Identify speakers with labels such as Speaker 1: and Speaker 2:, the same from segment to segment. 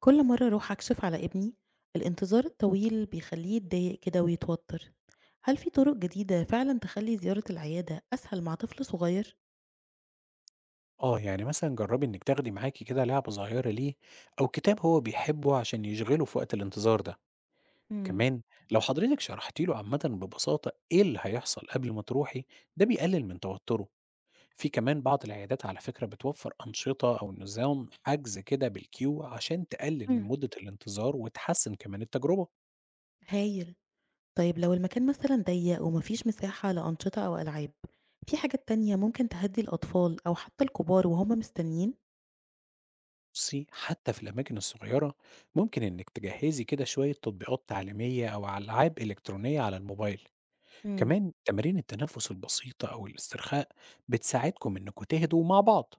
Speaker 1: كل مرة أروح أكشف على ابني، الانتظار الطويل بيخليه يتضايق كده ويتوتر. هل في طرق جديدة فعلا تخلي زيارة العيادة أسهل مع طفل صغير؟
Speaker 2: آه، يعني مثلًا جرّبي إنِّك تاخدي معاكِ كده لعبة صغيّرة ليه أو كتاب هو بيحبه عشان يشغله في وقت الانتظار ده،
Speaker 1: مم.
Speaker 2: كمان لو حضرتِك شرحتِ له عامةً ببساطة إيه اللي هيحصل قبل ما تروحي، ده بيقلل من توتّره، في كمان بعض العيادات على فكرة بتوفّر أنشطة أو نظام حجز كده بالكيو عشان تقلل من
Speaker 1: مم.
Speaker 2: مدة الانتظار وتحسّن كمان التجربة.
Speaker 1: هايل. طيب لو المكان مثلا ضيق ومفيش مساحة لأنشطة أو ألعاب، في حاجات تانية ممكن تهدي الأطفال أو حتى الكبار وهم مستنيين؟
Speaker 2: بُصّي، حتى في الأماكن الصغيّرة ممكن إنِّك تجهّزي كده شوية تطبيقات تعليمية أو ألعاب إلكترونية على الموبايل،
Speaker 1: مم.
Speaker 2: كمان تمارين التنفس البسيطة أو الاسترخاء بتساعدكم إنكم تهدوا مع بعض.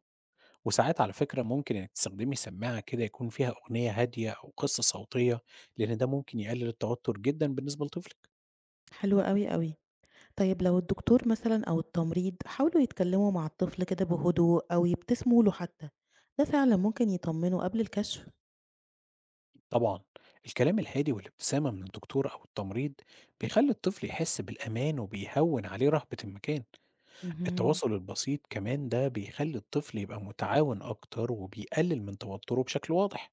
Speaker 2: وساعات على فكرة ممكن إنك تستخدمي سماعة كده يكون فيها أغنية هادية أو قصة صوتية لأن ده ممكن يقلل التوتر جدا بالنسبة لطفلك.
Speaker 1: حلوة قوي قوي. طيب لو الدكتور مثلا أو التمريض حاولوا يتكلموا مع الطفل كده بهدوء أو يبتسموا له حتى، ده فعلا ممكن يطمنه قبل الكشف.
Speaker 2: طبعا الكلام الهادي والابتسامة من الدكتور أو التمريض بيخلي الطفل يحس بالأمان وبيهون عليه رهبة المكان.
Speaker 1: اهم.
Speaker 2: التواصل البسيط كمان ده بيخلي الطفل يبقى متعاون أكتر وبيقلل من توتره بشكل واضح.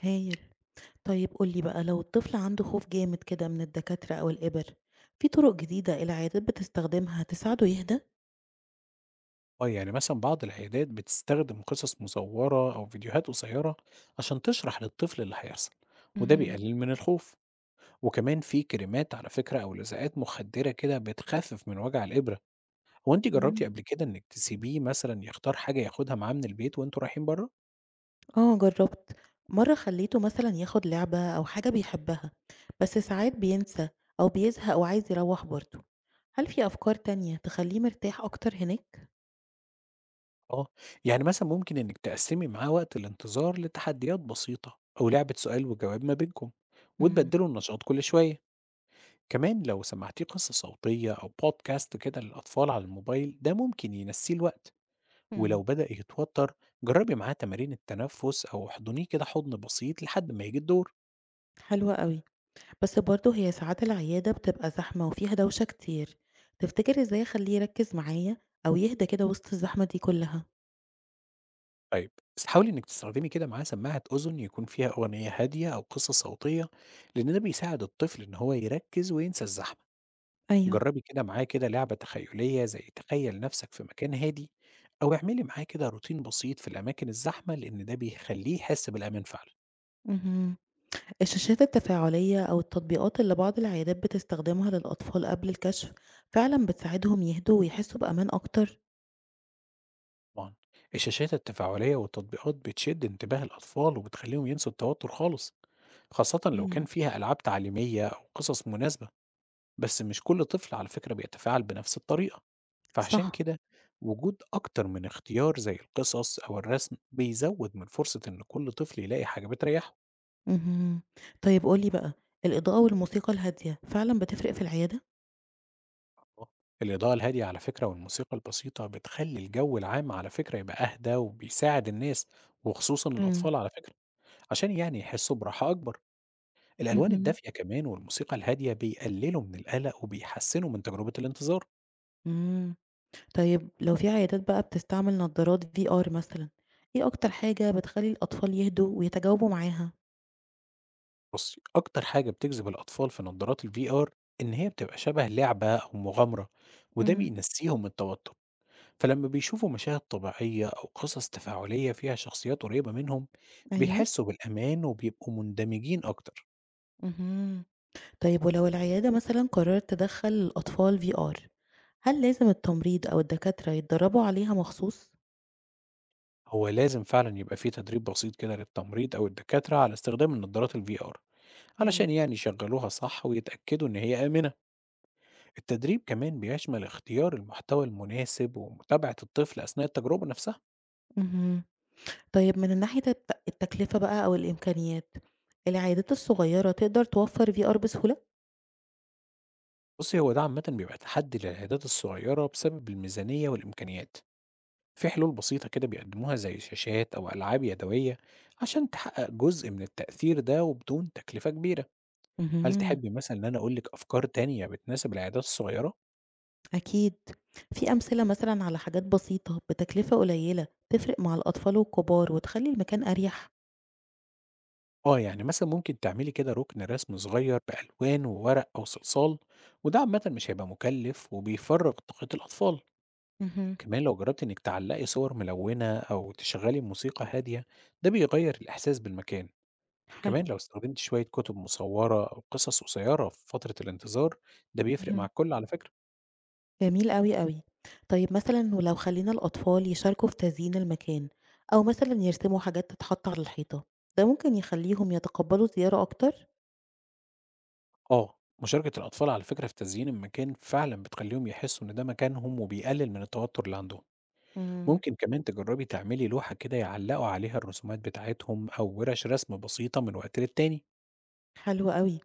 Speaker 1: هايل. طيب قُل لي بقى، لو الطفل عنده خوف جامد كده من الدكاترة أو الإبر، في طرق جديدة العيادات بتستخدمها تساعده يهدى؟
Speaker 2: آه، يعني مثلا بعض العيادات بتستخدم قصص مصورة أو فيديوهات قصيرة عشان تشرح للطفل اللي هيحصل، وده
Speaker 1: اهم.
Speaker 2: بيقلل من الخوف. وكمان في كريمات على فكرة أو لزقات مخدرة كده بتخفف من وجع الإبرة. هو أنت جربتي
Speaker 1: إمم.
Speaker 2: قبل كده إنك تسيبيه مثلا يختار حاجة ياخدها معاه من البيت وأنتوا رايحين بره؟
Speaker 1: آه جرّبت، مرّة خلّيته مثلًا ياخد لعبة أو حاجة بيحبها، بس ساعات بينسى أو بيزهق وعايز يروّح برضه. هل في أفكار تانية تخلّيه مرتاح أكتر هناك؟
Speaker 2: آه يعني مثلا ممكن إنك تقسمي معاه وقت الانتظار لتحديات بسيطة أو لعبة سؤال وجواب ما بينكم
Speaker 1: إمم.
Speaker 2: وتبدلوا النشاط كل شوية. كمان لو سمعتيه قصة صوتية أو بودكاست كده للأطفال على الموبايل ده ممكن ينسيه الوقت.
Speaker 1: إمم.
Speaker 2: ولو بدأ يتوتر جربي معاه تمارين التنفس أو احضنيه كده حضن بسيط لحد ما يجي الدور.
Speaker 1: حلو أوي. بس برضه هي ساعات العيادة بتبقى زحمة وفيها دوشة كتير، تفتكر ازاي اخليه يركز معايا او يهدى كده وسط الزحمة دي كلها؟
Speaker 2: طيب بس حاولي إنك تستخدمي كده معاه سماعة أذن يكون فيها أغنية هادية أو قصة صوتية لأن ده بيساعد الطفل إن هو يركز وينسى الزحمة.
Speaker 1: أيوة.
Speaker 2: جربي كده معاه كده لعبة تخيلية زي تخيل نفسك في مكان هادي، أو اعملي معاه كده روتين بسيط في الأماكن الزحمة لأن ده بيخليه يحس بالأمان فعلا.
Speaker 1: مهم. الشاشات التفاعلية او التطبيقات اللي بعض العيادات بتستخدمها للأطفال قبل الكشف، فعلا بتساعدهم يهدوا ويحسوا بأمان اكتر؟
Speaker 2: طبعا الشاشات التفاعلية والتطبيقات بتشد انتباه الأطفال وبتخليهم ينسوا التوتر خالص، خاصة لو كان
Speaker 1: مم.
Speaker 2: فيها ألعاب تعليمية أو قصص مناسبة. بس مش كل طفل على فكرة بيتفاعل بنفس الطريقة، فعشان
Speaker 1: صح.
Speaker 2: كده وجود أكتر من اختيار زي القصص أو الرسم بيزود من فرصة إن كل طفل يلاقي حاجة بتريحه.
Speaker 1: مهم. طيب قولي بقى، الإضاءة والموسيقى الهادية فعلا بتفرق في العيادة؟
Speaker 2: آه، الإضاءة الهادية على فكرة والموسيقى البسيطة بتخلي الجو العام على فكرة يبقى أهدى وبيساعد الناس، وخصوصا
Speaker 1: مم.
Speaker 2: الأطفال على فكرة عشان يعني يحسوا براحة أكبر. الألوان
Speaker 1: مهم.
Speaker 2: الدافية كمان والموسيقى الهادية بيقللوا من القلق وبيحسنوا من تجربة الانتظار.
Speaker 1: مم. طيب لو في عيادات بقى بتستعمل نظارات VR مثلًا، إيه أكتر حاجة بتخلّي الأطفال يهدوا ويتجاوبوا معاها؟
Speaker 2: بصي أكتر حاجة بتجذب الأطفال في نظارات الفي آر إن هي بتبقى شبه لعبة أو مغامرة، وده
Speaker 1: إمم.
Speaker 2: بينسيهم التوتر. فلما بيشوفوا مشاهد طبيعية أو قصص تفاعلية فيها شخصيات قريبة منهم
Speaker 1: أيوه.
Speaker 2: بيحسوا بالأمان وبيبقوا مندمجين أكتر.
Speaker 1: اهم. طيب ولو العيادة مثلًا قررت تدخّل الأطفال VR، هل لازم التمريض أو الدكاترة يتدربوا عليها مخصوص؟
Speaker 2: هو لازم فعلا يبقى فيه تدريب بسيط كده للتمريض أو الدكاترة على استخدام النظارات الفي آر علشان
Speaker 1: إمم.
Speaker 2: يعني يشغلوها صح ويتأكدوا إن هي آمنة. التدريب كمان بيشمل اختيار المحتوى المناسب ومتابعة الطفل أثناء التجربة نفسها.
Speaker 1: اهم. طيب من ناحية التكلفة بقى أو الإمكانيات، العيادات الصغيرة تقدر توفّر VR بسهولة؟
Speaker 2: بصي هو ده عامة بيبقى تحدي للعيادات الصغيرة بسبب الميزانية والإمكانيات. في حلول بسيطة كده بيقدموها زي شاشات أو ألعاب يدوية عشان تحقق جزء من التأثير ده وبدون تكلفة كبيرة. هل
Speaker 1: اهم.
Speaker 2: تحبي مثلا إن أنا أقولك أفكار تانية بتناسب العيادات الصغيرة؟
Speaker 1: أكيد. في أمثلة مثلا على حاجات بسيطة بتكلفة قليلة تفرق مع الأطفال والكبار وتخلي المكان أريح؟
Speaker 2: آه يعني مثلا ممكن تعملي كده ركن رسم صغير بألوان وورق أو صلصال، وده عامة مش هيبقى مكلف وبيفرغ طاقة الأطفال.
Speaker 1: مهم.
Speaker 2: كمان لو جربتي إنك تعلقي صور ملونة أو تشغلي موسيقى هادية ده بيغير الإحساس بالمكان. كمان
Speaker 1: حلو.
Speaker 2: لو استخدمت شوية كتب مصورة أو قصص قصيرة في فترة الانتظار ده بيفرق مع
Speaker 1: مهم.
Speaker 2: الكل على فكرة.
Speaker 1: جميل أوي أوي. طيب مثلا ولو خلينا الأطفال يشاركوا في تزيين المكان أو مثلا يرسموا حاجات تتحط على الحيطة، ده ممكن يخليهم يتقبلوا الزيارة أكتر؟
Speaker 2: آه مشاركة الأطفال على فكرة في تزيين المكان فعلا بتخليهم يحسوا إن ده مكانهم وبيقلل من التوتر اللي عندهم.
Speaker 1: مم.
Speaker 2: ممكن كمان تجربي تعملي لوحة كده يعلقوا عليها الرسومات بتاعتهم أو ورش رسم بسيطة من وقت للتاني.
Speaker 1: حلو أوي.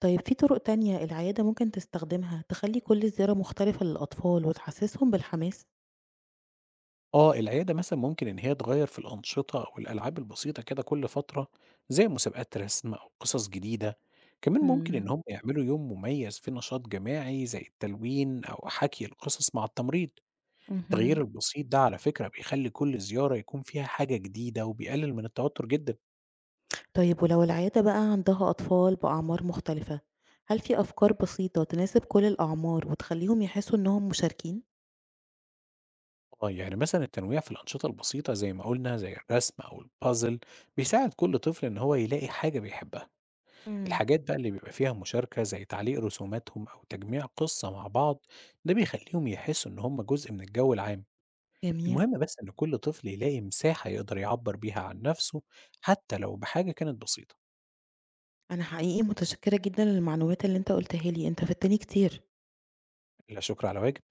Speaker 1: طيب في طرق تانية العيادة ممكن تستخدمها تخلي كل زيارة مختلفة للأطفال وتحسسهم بالحماس؟
Speaker 2: آه، العيادة مثلًا ممكن إن هي تغيّر في الأنشطة أو الألعاب البسيطة كده كل فترة، زي مسابقات رسم أو قصص جديدة، كمان ممكن
Speaker 1: مم.
Speaker 2: إن هم يعملوا يوم مميز فيه نشاط جماعي زي التلوين أو حكي القصص مع التمريض،
Speaker 1: مهم.
Speaker 2: التغيير البسيط ده على فكرة بيخلّي كل زيارة يكون فيها حاجة جديدة وبيقلل من التوتر جدًا،
Speaker 1: طيب ولو العيادة بقى عندها أطفال بأعمار مختلفة، هل في أفكار بسيطة تناسب كل الأعمار وتخليهم يحسوا إنهم مشاركين؟
Speaker 2: آه، يعني مثلًا التنويع في الأنشطة البسيطة زي ما قُلنا زي الرسم أو الpuzzle بيساعد كل طفل إن هو يلاقي حاجة بيحبها.
Speaker 1: مم.
Speaker 2: الحاجات بقى اللي بيبقى فيها مشاركة زي تعليق رسوماتهم أو تجميع قصة مع بعض ده بيخليهم يحسوا إن هم جزء من الجو العام.
Speaker 1: جميل.
Speaker 2: المهم بس إن كل طفل يلاقي مساحة يقدر يعبر بيها عن نفسه حتى لو بحاجة كانت بسيطة.
Speaker 1: أنا حقيقي متشكرة جدا للمعلومات اللي أنت قلتها لي، أنت فدتني كتير.
Speaker 2: لا شكر على واجب.